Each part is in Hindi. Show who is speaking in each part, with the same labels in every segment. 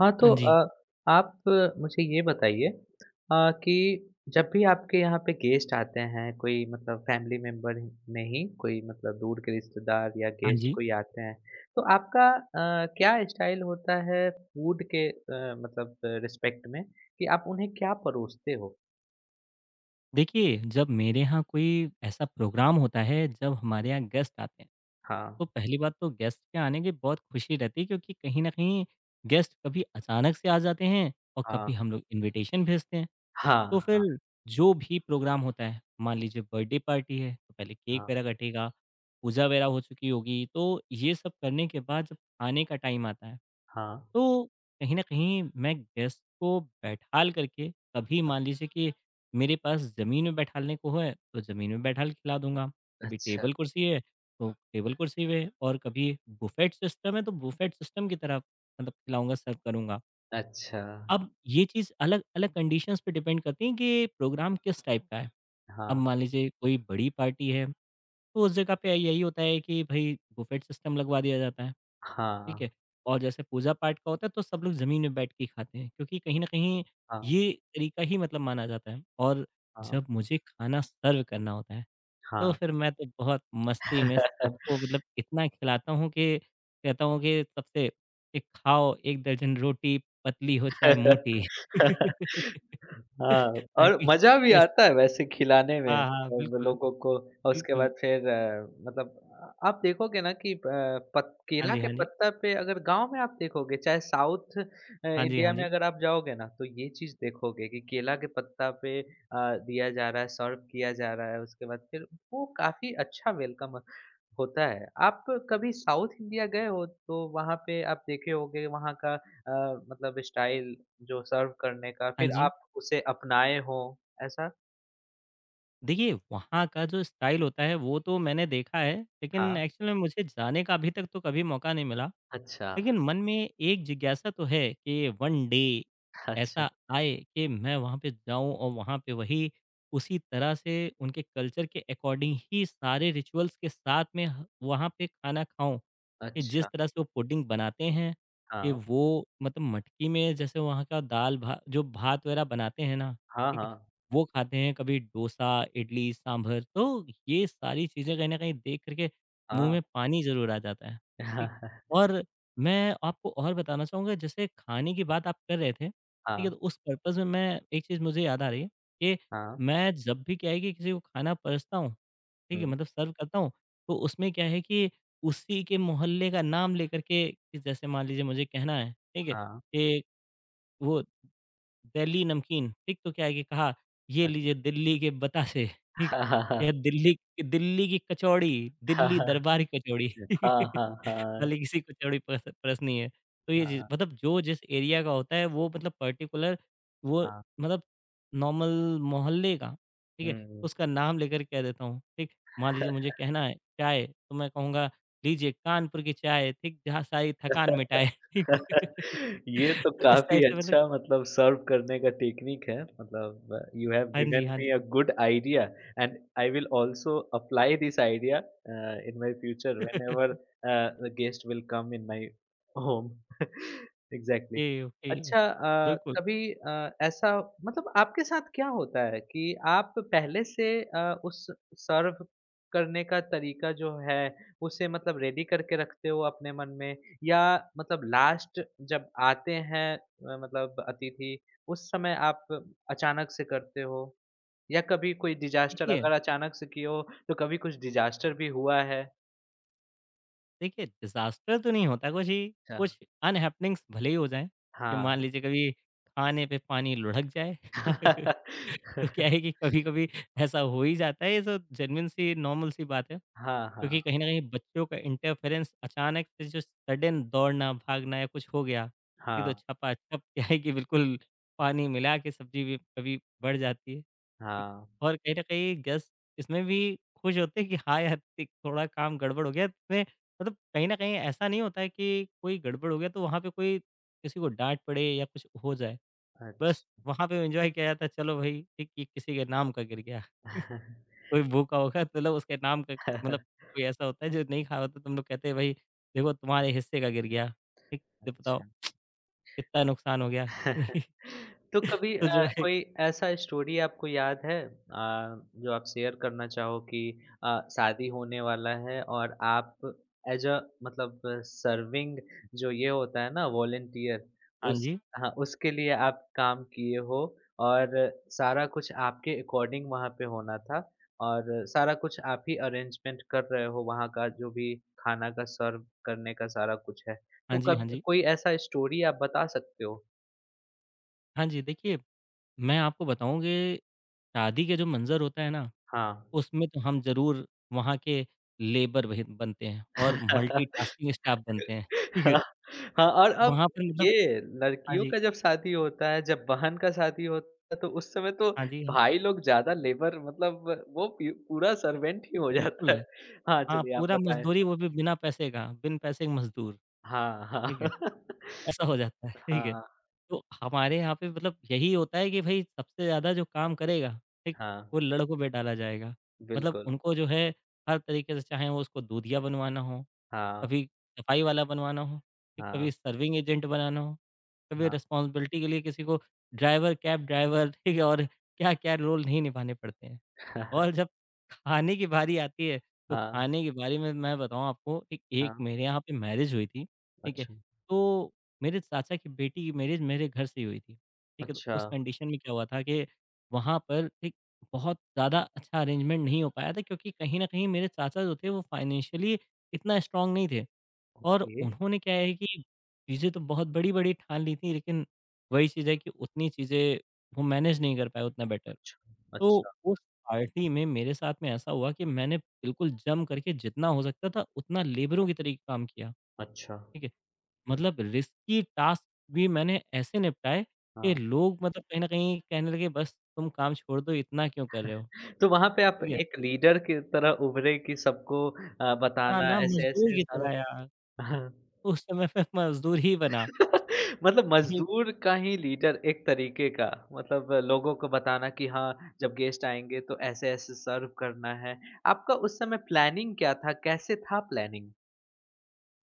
Speaker 1: हाँ, तो
Speaker 2: हाँ जी,
Speaker 1: आप मुझे ये बताइए कि जब भी आपके यहाँ पे गेस्ट आते हैं, कोई मतलब फैमिली मेंबर में ही कोई मतलब दूर के रिश्तेदार या
Speaker 2: हाँ
Speaker 1: गेस्ट
Speaker 2: जी।
Speaker 1: कोई आते हैं, तो आपका क्या स्टाइल होता है फूड के मतलब रिस्पेक्ट में कि आप उन्हें क्या परोसते हो?
Speaker 2: देखिए, जब मेरे यहाँ कोई ऐसा प्रोग्राम होता है, जब हमारे यहाँ गेस्ट आते हैं,
Speaker 1: हाँ,
Speaker 2: तो पहली बात तो गेस्ट के आने की बहुत खुशी रहती है क्योंकि कहीं न कहीं गेस्ट कभी अचानक से आ जाते हैं और
Speaker 1: हाँ,
Speaker 2: कभी हम लोग इन्विटेशन भेजते हैं। तो
Speaker 1: हाँ,
Speaker 2: फिर
Speaker 1: हाँ,
Speaker 2: जो भी प्रोग्राम होता है, मान लीजिए बर्थडे पार्टी है, तो पहले केक
Speaker 1: हाँ,
Speaker 2: वगैरह कटेगा, पूजा वगैरह हो चुकी होगी, तो ये सब करने के बाद जब खाने का टाइम आता है
Speaker 1: हाँ।
Speaker 2: तो कहीं न कहीं मैं गेस्ट को बैठाल करके कभी मान लीजिए कि मेरे पास ज़मीन में बैठालने को है, तो ज़मीन में बैठाल के खिला दूँगा। कभी
Speaker 1: अच्छा,
Speaker 2: टेबल-कुर्सी है, तो टेबल-कुर्सी पे और कभी बुफ़ेट सिस्टम है, तो बुफ़ेट सिस्टम की तरह मतलब खिलाऊँगा, सर्व करूँगा।
Speaker 1: अच्छा।
Speaker 2: अब ये चीज़ अलग-अलग कंडीशंस पे डिपेंड करती है कि प्रोग्राम किस टाइप का है। अब
Speaker 1: हाँ,
Speaker 2: मान लीजिए कोई बड़ी पार्टी है, तो उस जगह पे यही होता है कि भई बुफ़ेट सिस्टम लगवा दिया जाता है। ठीक
Speaker 1: हाँ,
Speaker 2: है? और जैसे पूजा-पाठ का होता है तो सब लोग ज़मीन में बैठ के ही खाते हैं क्योंकि कहीं न कहीं
Speaker 1: हाँ,
Speaker 2: ये तरीका ही मतलब माना जाता है। और
Speaker 1: हाँ,
Speaker 2: जब मुझे खाना सर्व करना होता है, तो फिर मैं तो बहुत मस्ती में
Speaker 1: हाँ।
Speaker 2: सबको मतलब इतना खिलाता हूँ कि कहता हूँ कि सबसे कि खाओ 1 दर्जन रोटी पतली हो चाहे मोटी।
Speaker 1: हाँ, और
Speaker 2: ताकि
Speaker 1: मज़ा भी
Speaker 2: यस
Speaker 1: आता है वैसे खिलाने में
Speaker 2: हाँ, हाँ,
Speaker 1: मतलब
Speaker 2: बिल्कुल,
Speaker 1: लोगों को। और उसके
Speaker 2: बिल्कुल।
Speaker 1: बाद फिर मतलब आप देखोगे ना कि प पत
Speaker 2: हाँ
Speaker 1: केला
Speaker 2: जी,
Speaker 1: के
Speaker 2: हाँ जी।
Speaker 1: पत्ता पे अगर गाँव में आप देखोगे चाहे साउथ
Speaker 2: हाँ जी, हाँ
Speaker 1: इंडिया में
Speaker 2: जी।
Speaker 1: अगर आप जाओगे ना तो ये चीज़ देखोगे कि केला के पत्ता पे दिया जा रहा है, सर्व किया जा रहा है। उसके बाद फिर वो काफ़ी अच्छा वेलकम होता है। आप कभी साउथ इंडिया गए हो तो वहाँ पे आप देखे होंगे वहाँ का मतलब स्टाइल जो सर्व करने का,
Speaker 2: हाँ
Speaker 1: फिर
Speaker 2: जी।
Speaker 1: आप उसे अपनाए हो ऐसा?
Speaker 2: देखिए, वहाँ का जो स्टाइल होता है वो तो मैंने देखा है, लेकिन
Speaker 1: हाँ।
Speaker 2: एक्चुअल में मुझे जाने का अभी तक तो कभी मौका नहीं मिला।
Speaker 1: अच्छा,
Speaker 2: लेकिन मन में एक जिज्ञासा तो है कि वन डे
Speaker 1: अच्छा,
Speaker 2: ऐसा आए कि मैं वहाँ पे जाऊँ और वहाँ पे वही उसी तरह से उनके कल्चर के अकॉर्डिंग ही सारे रिचुअल्स के साथ में ह वहाँ पे खाना खाऊँ। कि जिस
Speaker 1: अच्छा।
Speaker 2: तरह से वो पुडिंग बनाते हैं कि
Speaker 1: हाँ,
Speaker 2: वो मतलब मटकी में जैसे वहाँ का दाल भा जो भात वगैरह बनाते हैं ना,
Speaker 1: हाँ,
Speaker 2: ठीक है?
Speaker 1: हाँ,
Speaker 2: वो खाते हैं, कभी डोसा, इडली, सांभर तो ये सारी चीज़ें कहीं न कहीं देख कर के मुँह में
Speaker 1: हाँ।
Speaker 2: पानी ज़रूर आ जाता है, ठीक? और मैं आपको और बताना चाहूँगा जैसे खाने की बात आप कर रहे थे, ठीक है?
Speaker 1: हाँ,
Speaker 2: तो उस पर्पज़ में मैं एक चीज़ मुझे याद आ रही है कि
Speaker 1: हाँ,
Speaker 2: मैं जब भी क्या है कि किसी को खाना परसता हूँ, ठीक है?
Speaker 1: हुँ,
Speaker 2: मतलब सर्व करता हूँ, तो उसमें क्या है कि उसी के मोहल्ले का नाम लेकर के कि जैसे मान लीजिए मुझे कहना है, ठीक है?
Speaker 1: हाँ,
Speaker 2: कि वो दिल्ली नमकीन, ठीक? तो क्या है कि कहा, "ये लीजिए
Speaker 1: अच्छा।
Speaker 2: दिल्ली के बतासे," ठीक? या दिल्ली दिल्ली की कचौड़ी, दिल्ली दरबारी कचौड़ी।
Speaker 1: हाँ, हाँ, हाँ,
Speaker 2: भले किसी कचौड़ी परसनी है। तो ये चीज़
Speaker 1: हाँ,
Speaker 2: मतलब जो जिस एरिया का होता है वो मतलब पर्टिकुलर वो
Speaker 1: हाँ,
Speaker 2: मतलब नॉर्मल मोहल्ले का, ठीक है?
Speaker 1: हुँ।
Speaker 2: उसका नाम लेकर कह देता हूँ, ठीक? मान लीजिए मुझे कहना है चाय, तो मैं कहूँगा, "लीजिए कानपुर की चाय," ठीक? "जहाँ सारी थकान मिटाए।" ठीक?
Speaker 1: ये तो
Speaker 2: तो इस
Speaker 1: काफ़ी
Speaker 2: टाइप से मतलब
Speaker 1: अच्छा मतलब सर्व करने का टेक्निक है मतलब यू हैव
Speaker 2: हाँ जी,
Speaker 1: गिवन
Speaker 2: हाँ
Speaker 1: me a good idea and I will also apply this idea in my future whenever
Speaker 2: okay,
Speaker 1: the guest will come in my home. Exactly.
Speaker 2: Okay.
Speaker 1: अच्छा,
Speaker 2: बिल्कुल,
Speaker 1: कभी ऐसा मतलब आपके साथ क्या होता है कि आप पहले से उस सर्व करने का तरीका जो है, उसे मतलब रेडी करके रखते हो अपने मन में, या मतलब लास्ट जब आते हैं मतलब अतिथि, उस समय आप अचानक से करते हो? या कभी कोई डिज़ास्टर
Speaker 2: देखिए,
Speaker 1: अगर अचानक से किए हो, तो कभी कुछ डिज़ास्टर भी हुआ है?
Speaker 2: देखिए, डिज़ास्टर तो नहीं होता कुछ ही
Speaker 1: अच्छा।
Speaker 2: कुछ अनहैपनिंग्स भले ही हो जाएँ, कि मान
Speaker 1: हाँ।
Speaker 2: लीजिए कभी खाने पे पानी लुढ़क जाए। तो क्या है कि कभी-कभी ऐसा हो ही जाता है, ये तो जेन्युइन सी नॉर्मल सी बात है।
Speaker 1: हाँ,
Speaker 2: क्योंकि
Speaker 1: हाँ।
Speaker 2: कहीं न कहीं बच्चों का इंटरफेरेंस अचानक से जो सडन दौड़ना, भागना या कुछ हो गया, ये तो
Speaker 1: हाँ,
Speaker 2: छपा-छप क्या है कि बिल्कुल पानी मिला के सब्ज़ी भी कभी बढ़ जाती है। ठीक,
Speaker 1: हाँ।
Speaker 2: और कहीं न कहीं गेस्ट इसमें भी खुश होते हैं कि हाँ यार, एक थोड़ा काम गड़बड़ हो गया, मतलब कहीं न कहीं ऐसा नहीं होता है कि कोई गड़बड़ हो गया तो वहाँ पे कोई किसी को डाँट पड़े या कुछ हो जाए। बस
Speaker 1: अच्छ
Speaker 2: वहाँ पे एन्जॉय किया जाता है चलो भई ठीक ये किसी के नाम का गिर गया। कोई भूखा होगा तो मतलब उसके नाम का मतलब कोई ऐसा होता है जो नहीं खा होता तो हम लोग कहते हैं भई देखो तुम्हारे हिस्से का गिर गया। ठीक ये बताओ
Speaker 1: अच्छा।
Speaker 2: कितना नुकसान हो गया।
Speaker 1: तो कभी
Speaker 2: तो जो है
Speaker 1: कोई ऐसा स्टोरी आपको याद है जो आप शेयर करना चाहो कि शादी होने वाला है और आप एज अ मतलब सर्विंग जो ये होता है ना, वॉलंटियर
Speaker 2: हाँ
Speaker 1: उस,
Speaker 2: जी,
Speaker 1: हाँ, उसके लिए आप काम किए हो और सारा कुछ आपके अकॉर्डिंग वहाँ पे होना था और सारा कुछ आप ही अरेंजमेंट कर रहे हो वहाँ का, जो भी खाना का सर्व करने का सारा कुछ है,
Speaker 2: हाँ
Speaker 1: तो
Speaker 2: जी, हाँ
Speaker 1: कब
Speaker 2: जी।
Speaker 1: कोई ऐसा स्टोरी आप बता सकते हो?
Speaker 2: हाँ जी, देखिए मैं आपको बताऊँ कि शादी के जो मंज़र होता है ना
Speaker 1: हाँ।
Speaker 2: उसमें तो हम ज़रूर वहाँ के लेबर बहि बनते हैं और मल्टीटास्किंग स्टाफ बनते हैं, ठीक है?
Speaker 1: हाँ, हाँ और अब
Speaker 2: वहाँ पर मतलब
Speaker 1: ये
Speaker 2: हाँ
Speaker 1: लड़कियों
Speaker 2: जी,
Speaker 1: का जब शादी होता है, जब बहन का शादी होता है तो उस समय तो
Speaker 2: हाँ जी, हाँ।
Speaker 1: भाई लोग ज़्यादा लेबर मतलब, वो पी पूरा सर्वेंट ही हो जाता है।
Speaker 2: बिल्कुल,
Speaker 1: हाँ,
Speaker 2: हाँ,
Speaker 1: चलिए आप
Speaker 2: पूरा
Speaker 1: बताएँ?
Speaker 2: मज़दूरी वो भी बिना पैसे का, बिन पैसे के मज़दूर,
Speaker 1: हाँ, हाँ।
Speaker 2: ठीक है? ऐसा हो जाता है, ठीक है?
Speaker 1: हाँ,
Speaker 2: तो हमारे यहाँ पे मतलब यही होता है कि भई सबसे ज़्यादा जो काम करेगा, ठीक,
Speaker 1: हाँ,
Speaker 2: वो लड़कों पे डाला जाएगा। मतलब
Speaker 1: बिल्कुल।
Speaker 2: उनको जो है हर तरीके से चाहे वो उसको दूधिया बनवाना हो
Speaker 1: हाँ,
Speaker 2: कभी सफाई वाला बनवाना हो, ठीक, कभी
Speaker 1: हाँ,
Speaker 2: सर्विंग एजेंट बनाना हो, कभी
Speaker 1: हाँ।
Speaker 2: रिस्पॉन्सिबिलिटी के लिए किसी को ड्राइवर, कैब ड्राइवर ठीक है और क्या-क्या रोल नहीं निभाने पड़ते हैं। और जब खाने की बारी आती है, तो
Speaker 1: हाँ,
Speaker 2: खाने की बारी में मैं बताऊँ आपको एक एक
Speaker 1: हाँ।
Speaker 2: मेरे यहाँ पे मैरिज हुई थी, ठीक है?
Speaker 1: अच्छा,
Speaker 2: तो मेरे चाचा की बेटी की मैरिज मेरे घर से ही हुई थी, ठीक है? तो
Speaker 1: अच्छा,
Speaker 2: उस कंडीशन में क्या हुआ था कि वहाँ पर एक बहुत ज़्यादा अच्छा अरेंजमेंट नहीं हो पाया था क्योंकि कहीं न कहीं मेरे चाचा जो थे वो फाइनेंशियली इतना स्ट्रॉन्ग नहीं थे। और
Speaker 1: ओके।
Speaker 2: उन्होंने क्या है कि चीज़ें तो बहुत बड़ी-बड़ी ठान ली थी, लेकिन वही चीज़ है कि उतनी चीज़ें वो मैनेज नहीं कर पाए उतना बेटर।
Speaker 1: अच्छा,
Speaker 2: तो
Speaker 1: अच्छा,
Speaker 2: उस पार्टी में मेरे साथ में ऐसा हुआ कि मैंने बिल्कुल जम करके जितना हो सकता था उतना लेबरों की तरीके काम किया,
Speaker 1: अच्छा।
Speaker 2: ठीक है? मतलब रिस्की टास्क भी मैंने ऐसे निपटाए कि
Speaker 1: हाँ।
Speaker 2: लोग मतलब कहीं न कहीं कहने लगे बस तुम काम छोड़ दो, इतना क्यों कर रहे हो?
Speaker 1: तो वहाँ पे आप
Speaker 2: ठीक है?
Speaker 1: एक लीडर की तरह उभरे कि सबको
Speaker 2: हाँ
Speaker 1: बताना
Speaker 2: ना, मज़दूर
Speaker 1: ऐसे-ऐसे
Speaker 2: की
Speaker 1: सारा,
Speaker 2: तरह यार,
Speaker 1: हाँ।
Speaker 2: उस समय मैं मज़दूर ही बना।
Speaker 1: मतलब मज़दूर का ही लीडर एक तरीके का, मतलब लोगों को बताना कि हाँ, जब गेस्ट आएँगे तो ऐसे-ऐसे सर्व करना है। आपका उस समय प्लानिंग क्या था? कैसे था प्लानिंग?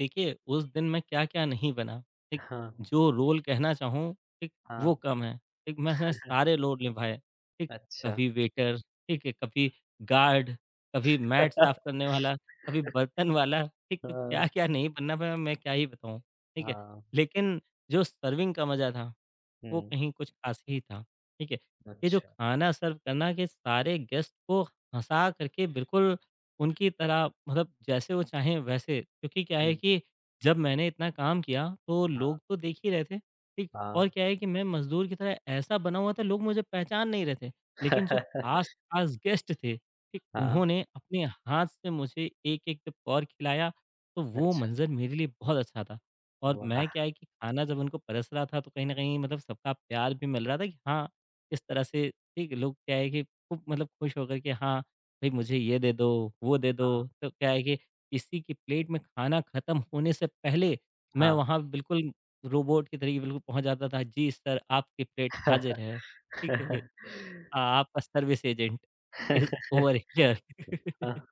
Speaker 2: देखिए, उस दिन मैं क्या-क्या नहीं बना, ठीक?
Speaker 1: हाँ,
Speaker 2: जो रोल कहना चाहूँ, ठीक?
Speaker 1: हाँ,
Speaker 2: वो कम है, ठीक? मैंने सारे रोल निभाए, ठीक?
Speaker 1: अच्छा।
Speaker 2: कभी वेटर, ठीक है, कभी गार्ड, कभी मैट साफ करने वाला, कभी बर्तन वाला, ठीक? तो
Speaker 1: हाँ,
Speaker 2: क्या-क्या नहीं बनना पाया, मैं क्या ही बताऊँ, ठीक है?
Speaker 1: हाँ,
Speaker 2: लेकिन जो सर्विंग का मज़ा था वो
Speaker 1: हुँ,
Speaker 2: कहीं कुछ खास ही था, ठीक है? ये जो
Speaker 1: अच्छा,
Speaker 2: खाना सर्व करना के सारे गेस्ट को हँसा करके बिल्कुल उनकी तरह मतलब जैसे वो चाहें वैसे क्योंकि क्या है
Speaker 1: हुँ,
Speaker 2: कि जब मैंने इतना काम किया तो
Speaker 1: हाँ,
Speaker 2: लोग तो देख ही रहे थे, ठीक?
Speaker 1: हाँ।
Speaker 2: और क्या है कि मैं मज़दूर की तरह ऐसा बना हुआ था लोग मुझे पहचान नहीं रहे थे, लेकिन जो खास-खास गेस्ट थे, ठीक?
Speaker 1: हाँ,
Speaker 2: उन्होंने अपने हाथ से मुझे एक-एक जब कौर खिलाया, तो वो
Speaker 1: अच्छा,
Speaker 2: मंज़र मेरे लिए बहुत अच्छा था। और मैं क्या
Speaker 1: वाह!
Speaker 2: है कि खाना जब उनको परस रहा था तो कहीं न कहीं मतलब सबका प्यार भी मिल रहा था कि हाँ, इस तरह से ठीक है, लोग क्या है कि खूब मतलब खुश होकर के हाँ, भई मुझे ये दे दो, वो दे
Speaker 1: हाँ,
Speaker 2: दो। तो क्या है कि किसी की प्लेट में खाना ख़त्म होने से पहले मैं
Speaker 1: हाँ।
Speaker 2: वहाँ बिल्कुल रोबोट की तरीके बिल्कुल पहुँच जाता था। जी सर, आपकी प्लेट हाज़िर है। ठीक है, आपका service agent is over here.
Speaker 1: Uh,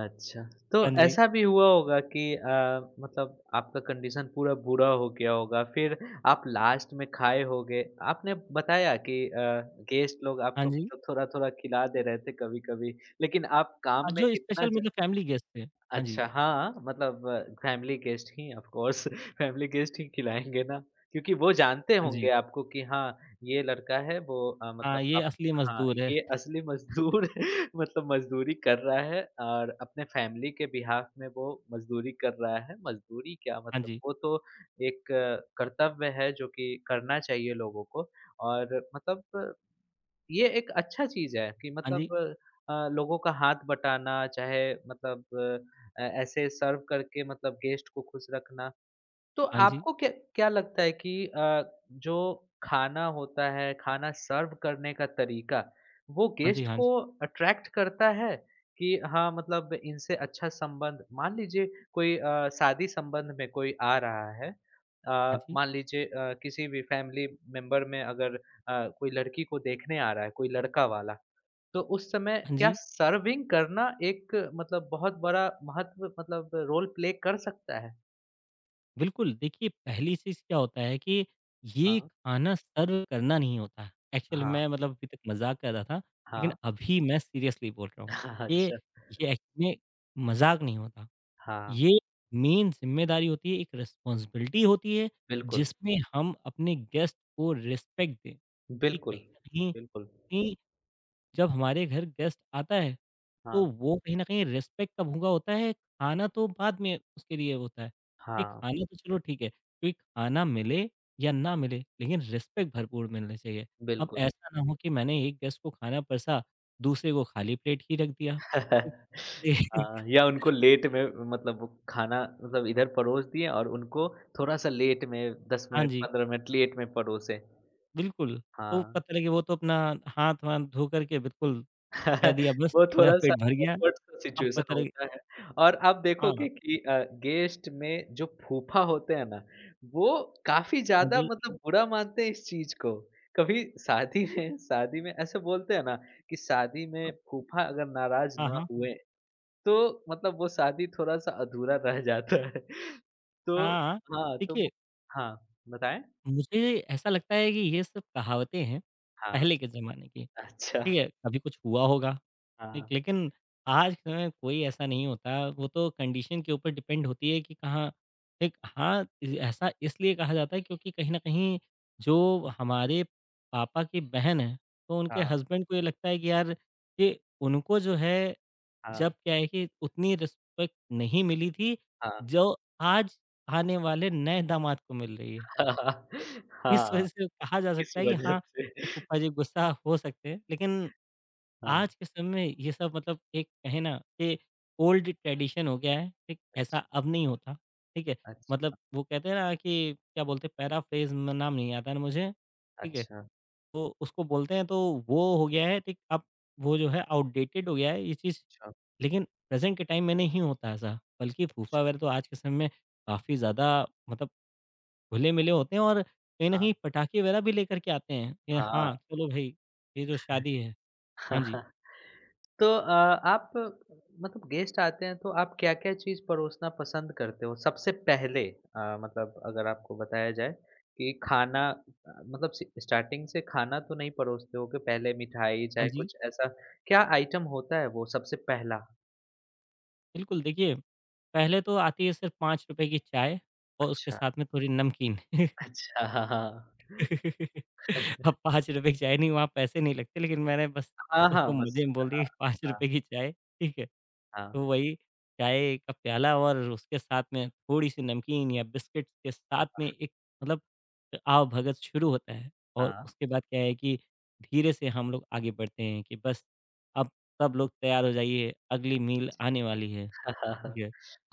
Speaker 1: अच्छा, तो
Speaker 2: हाँ जी,
Speaker 1: ऐसा भी हुआ होगा कि मतलब आपका कंडीशन पूरा बुरा हो गया होगा, फिर आप लास्ट में खाए होगे। आपने बताया कि गेस्ट लोग
Speaker 2: हाँ
Speaker 1: आपको
Speaker 2: जी।
Speaker 1: मतलब थोड़ा-थोड़ा खिला दे रहे थे कभी-कभी, लेकिन आप
Speaker 2: हाँ,
Speaker 1: काम में
Speaker 2: जो
Speaker 1: इतना,
Speaker 2: स्पेशल मतलब फैमिली गेस्ट थे। हाँ जी,
Speaker 1: अच्छा, हाँ, मतलब फैमिली गेस्ट ही ऑफ़ कोर्स फैमिली गेस्ट ही खिलाएँगे ना, क्योंकि वो जानते
Speaker 2: हाँ जी।
Speaker 1: होंगे आपको कि हाँ, ये लड़का है वो मतलब
Speaker 2: हाँ, ये
Speaker 1: आप,
Speaker 2: असली
Speaker 1: हाँ,
Speaker 2: मज़दूर है।
Speaker 1: ये असली मज़दूर मतलब मज़दूरी कर रहा है और अपने फैमिली के बिहाफ़ में वो मज़दूरी कर रहा है। मज़दूरी क्या,
Speaker 2: हाँ
Speaker 1: मतलब
Speaker 2: जी,
Speaker 1: वो तो एक कर्तव्य है जो कि करना चाहिए लोगों को, और मतलब ये एक अच्छा चीज़ है कि
Speaker 2: हाँ जी,
Speaker 1: मतलब लोगों का हाथ बटाना, चाहे मतलब ऐसे सर्व करके मतलब गेस्ट को खुश रखना। तो
Speaker 2: हाँ जी,
Speaker 1: आपको क्या क्या लगता है कि जो खाना होता है, खाना सर्व करने का तरीका, वो
Speaker 2: हाँ जी,
Speaker 1: गेस्ट
Speaker 2: हाँ
Speaker 1: को
Speaker 2: जी,
Speaker 1: अट्रैक्ट करता है? कि हाँ, मतलब इनसे अच्छा संबंध मान लीजिए कोई शादी संबंध में कोई आ रहा है,
Speaker 2: हाँ जी,
Speaker 1: मान लीजिए किसी भी फैमिली मेंबर में अगर कोई लड़की को देखने आ रहा है, कोई लड़का वाला, तो उस समय
Speaker 2: हाँ
Speaker 1: क्या
Speaker 2: जी।
Speaker 1: सर्विंग करना एक मतलब बहुत बड़ा महत्व मतलब रोल प्ले कर सकता है?
Speaker 2: बिल्कुल, देखिए पहली चीज़ क्या होता है कि ये
Speaker 1: हाँ।
Speaker 2: खाना सर्व करना नहीं होता है। एक्चुअल
Speaker 1: हाँ।
Speaker 2: मैं मतलब अभी तक मज़ाक कर रहा था, लेकिन
Speaker 1: हाँ।
Speaker 2: अभी मैं सीरियसली बोल रहा हूँ कि
Speaker 1: अच्छा,
Speaker 2: ये एक्चुअल में मज़ाक नहीं होता।
Speaker 1: हाँ,
Speaker 2: ये मेन ज़िम्मेदारी होती है, एक रिस्पॉन्सिबिलिटी होती है,
Speaker 1: बिल्कुल,
Speaker 2: जिसमें हम अपने गेस्ट को रिस्पेक्ट दें। क्योंकि
Speaker 1: बिल्कुल,
Speaker 2: कहीं न कहीं,
Speaker 1: बिल्कुल।
Speaker 2: कि जब हमारे घर गेस्ट आता है, तो
Speaker 1: हाँ,
Speaker 2: वो कहीं न कहीं रिस्पेक्ट का भूखा होता है, खाना तो बाद में उसके लिए होता है। ये
Speaker 1: हाँ,
Speaker 2: खाना तो चलो ठीक है, क्योंकि खाना मिले या ना मिले, लेकिन रिस्पेक्ट भरपूर मिलना चाहिए। अब
Speaker 1: बिल्कुल।
Speaker 2: ऐसा ना हो कि मैंने एक गेस्ट को खाना परसा, दूसरे को खाली प्लेट ही रख दिया।
Speaker 1: हाँ, या उनको लेट में, मतलब वो खाना मतलब इधर परोस दिए और उनको थोड़ा-सा लेट में 10
Speaker 2: हाँ
Speaker 1: मिनट,
Speaker 2: जी,
Speaker 1: 15 मिनट लेट में परोसे।
Speaker 2: बिल्कुल। तो
Speaker 1: हाँ।
Speaker 2: पता लगे वो तो अपना हाथ-वाथ धो कर के बिल्कुल कह दिया बस
Speaker 1: वो
Speaker 2: मेरा
Speaker 1: थोड़ा-सा
Speaker 2: पेट भर गया,
Speaker 1: ऑकवर्ड सा
Speaker 2: अब
Speaker 1: सिचुएशन
Speaker 2: पता लगे
Speaker 1: होता है, और आप
Speaker 2: हाँ,
Speaker 1: देखोगे कि गेस्ट में जो फूफा होते हैं ना, वो काफ़ी
Speaker 2: हाँ
Speaker 1: ज़्यादा
Speaker 2: जी।
Speaker 1: मतलब बुरा मानते हैं इस चीज़ को। कभी शादी में ऐसे बोलते हैं ना कि शादी में फूफा अगर नाराज़
Speaker 2: हाँ,
Speaker 1: ना
Speaker 2: हाँ,
Speaker 1: हुए, तो मतलब वो शादी थोड़ा-सा अधूरा रह जाता है। तो
Speaker 2: हाँ, हाँ।
Speaker 1: हाँ, तो
Speaker 2: देखिए
Speaker 1: वो, हाँ, बताएँ?
Speaker 2: मुझे ऐसा लगता है कि ये सब कहावतें हैं,
Speaker 1: हाँ,
Speaker 2: पहले के ज़माने की,
Speaker 1: अच्छा।
Speaker 2: ठीक है? कभी कुछ हुआ होगा, ठीक?
Speaker 1: हाँ,
Speaker 2: लेकिन आज के समय में कोई ऐसा नहीं होता, वो तो कंडीशन के ऊपर डिपेंड होती है कि कहाँ एक हाँ, इ ऐसा इसलिए कहा जाता है क्योंकि कहीं न कहीं जो हमारे पापा की बहन है, तो उनके
Speaker 1: हाँ,
Speaker 2: हस्बैंड को ये लगता है कि यार कि उनको जो है
Speaker 1: हाँ,
Speaker 2: जब क्या है कि उतनी रिस्पेक्ट नहीं मिली थी,
Speaker 1: हाँ।
Speaker 2: जो आज आने वाले नए दामाद को मिल रही है। तो इस वजह
Speaker 1: हाँ,
Speaker 2: से कहा जा
Speaker 1: इस
Speaker 2: सकता है कि
Speaker 1: वजह
Speaker 2: हाँ,
Speaker 1: से,
Speaker 2: कि फूफा जी गुस्सा हो सकते हैं। लेकिन
Speaker 1: हाँ,
Speaker 2: आज के समय में ये सब मतलब एक कहें ना कि ओल्ड ट्रेडिशन हो गया है, ठीक? ऐसा
Speaker 1: अच्छा,
Speaker 2: अब नहीं होता, ठीक है? मतलब
Speaker 1: अच्छा,
Speaker 2: वो कहते हैं ना कि क्या बोलते हैं पैराफ्रेज़ म नाम नहीं आता है मुझे, ठीक है?
Speaker 1: अच्छा,
Speaker 2: तो उसको बोलते हैं तो वो हो गया है ठीक अब वो जो है आउटडेटेड हो गया है ये चीज़।
Speaker 1: अच्छा,
Speaker 2: लेकिन प्रेज़ेंट के टाइम में नहीं होता ऐसा, बल्कि फूफा
Speaker 1: अच्छा।
Speaker 2: वगैरह तो आज के समय में काफ़ी ज़्यादा मतलब घुले-मिले होते हैं और कहीं न
Speaker 1: हाँ,
Speaker 2: कहीं पटाखे वगैरह भी लेकर के आते हैं। ये
Speaker 1: हाँ।
Speaker 2: हाँ, चलो भई, ये जो शादी है हाँ जी,
Speaker 1: तो आप मतलब गेस्ट आते हैं तो आप क्या-क्या चीज़ परोसना पसंद करते हो? सबसे पहले मतलब अगर आपको बताया जाए कि खाना मतलब स स्टार्टिंग से खाना तो नहीं परोसते हो कि पहले मिठाई
Speaker 2: हाँ
Speaker 1: चाहे
Speaker 2: जी।
Speaker 1: कुछ ऐसा, क्या आइटम होता है वो सबसे पहला?
Speaker 2: बिल्कुल, देखिए पहले तो आती है सिर्फ ₹5 की चाय और उसके
Speaker 1: अच्छा,
Speaker 2: साथ में थोड़ी नमकीन।
Speaker 1: अच्छा, हाँ, हाँ।
Speaker 2: अब ₹5 की चाय नहीं, वहाँ पैसे नहीं लगते लेकिन मैंने बस
Speaker 1: हाँ,
Speaker 2: उसको
Speaker 1: हाँ, बस
Speaker 2: मुझे बोल दिया
Speaker 1: हाँ,
Speaker 2: कि
Speaker 1: हाँ,
Speaker 2: ₹5 की चाय, ठीक है?
Speaker 1: हाँ,
Speaker 2: तो
Speaker 1: हाँ।
Speaker 2: वही चाय का प्याला और उसके साथ में थोड़ी-सी नमकीन या बिस्किट्स के साथ में एक मतलब आवभगत शुरू होता है और
Speaker 1: हाँ,
Speaker 2: उसके बाद क्या है कि धीरे से हम लोग आगे बढ़ते हैं कि बस अब सब लोग तैयार हो जाइए, अगली मील आने वाली है,
Speaker 1: हाँ,
Speaker 2: ठीक
Speaker 1: हाँ,
Speaker 2: है?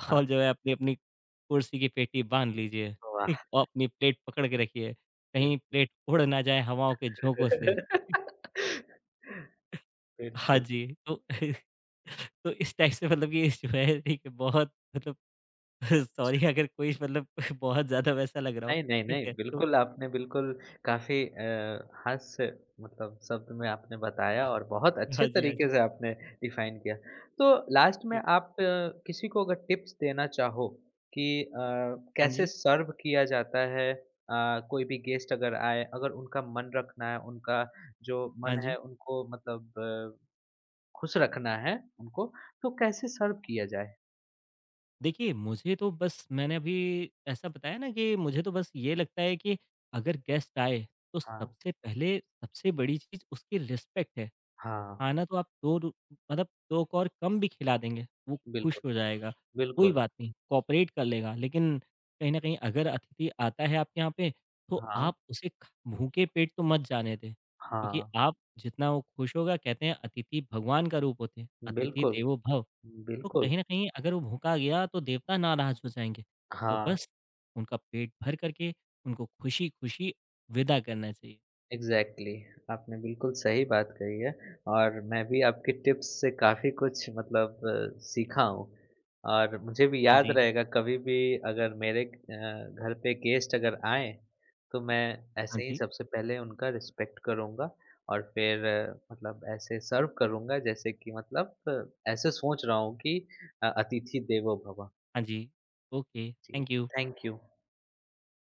Speaker 1: हाँ,
Speaker 2: और जो है अपनी-अपनी कुर्सी की पेटी बाँध लीजिए, ठीक?
Speaker 1: वाह!
Speaker 2: और अपनी प्लेट पकड़ के रखिए, कहीं
Speaker 1: बिल्कुल।
Speaker 2: प्लेट उड़ ना जाए हवाओं के झोंकों से। हाँ
Speaker 1: बिल्कुल।
Speaker 2: जी, तो तो इस टाइप से मतलब कि जो है एक बहुत मतलब
Speaker 1: अच्छा।
Speaker 2: सॉरी अगर कोई मतलब बहुत ज़्यादा वैसा लग रहा हो,
Speaker 1: नहीं, नहीं,
Speaker 2: ठीक
Speaker 1: नहीं,
Speaker 2: है? तो
Speaker 1: बिल्कुल आपने बिल्कुल काफ़ी हास्य मतलब शब्द में आपने
Speaker 2: अ,
Speaker 1: बताया, और बहुत अच्छे
Speaker 2: हाँ जी, हाँ जी।
Speaker 1: तरीके से आपने डिफ़ाइन किया। तो लास्ट में
Speaker 2: ये
Speaker 1: आप किसी को अगर टिप्स देना चाहो कि
Speaker 2: हाँ
Speaker 1: कैसे
Speaker 2: जी,
Speaker 1: सर्व किया जाता है, कोई भी गेस्ट अगर आए, अगर उनका मन रखना है, उनका जो
Speaker 2: हाँ
Speaker 1: मन
Speaker 2: जी।
Speaker 1: है उनको मतलब खुश रखना है उनको, तो कैसे सर्व किया जाए?
Speaker 2: देखिए, मुझे तो बस मैंने अभी ऐसा बताया ना कि मुझे तो बस ये लगता है कि अगर गेस्ट आए, तो
Speaker 1: हाँ।
Speaker 2: सबसे पहले सबसे बड़ी चीज़ उसकी रिस्पेक्ट है।
Speaker 1: हाँ,
Speaker 2: खाना तो आप 2 रु मतलब 2 को और कम भी खिला देंगे, वो खुश
Speaker 1: बिल्कुल,
Speaker 2: हो जाएगा। कोई
Speaker 1: बिल्कुल।
Speaker 2: बात नहीं, कोऑपरेट कर लेगा लेकिन कहीं न कहीं अगर अतिथि आता है आपके यहाँ पे, तो
Speaker 1: हाँ,
Speaker 2: आप उसे ख भूखे पेट तो मत जाने दें। क्योंकि
Speaker 1: हाँ,
Speaker 2: आप जितना वो खुश होगा कहते हैं अतिथि भगवान का रूप होते हैं, अतिथि
Speaker 1: बिल्कुल,
Speaker 2: देवो भव। तो
Speaker 1: बिल्कुल।
Speaker 2: कहीं न कहीं अगर वो भूखा गया तो देवता नाराज़ हो जाएँगे। तो
Speaker 1: हाँ,
Speaker 2: बस उनका पेट भर करके उनको खुशी-खुशी विदा करना चाहिए।
Speaker 1: एग्ज़ैक्टली, आपने बिल्कुल सही बात कही है, और मैं भी आपकी टिप्स से काफ़ी कुछ मतलब सीखा हूँ, और मुझे भी
Speaker 2: हाँ
Speaker 1: याद
Speaker 2: जी,
Speaker 1: रहेगा कभी भी अगर मेरे घर पे गेस्ट अगर आएँ, तो मैं
Speaker 2: हाँ
Speaker 1: ऐसे ही
Speaker 2: जी,
Speaker 1: सबसे पहले उनका रिस्पेक्ट करूँगा और फिर मतलब ऐसे सर्व करूँगा जैसे कि मतलब ऐसे सोच रहा हूँ कि अतिथि देवो भव।
Speaker 2: हाँ जी। ओके,
Speaker 1: जी,
Speaker 2: थैंक यू।
Speaker 1: Thank you.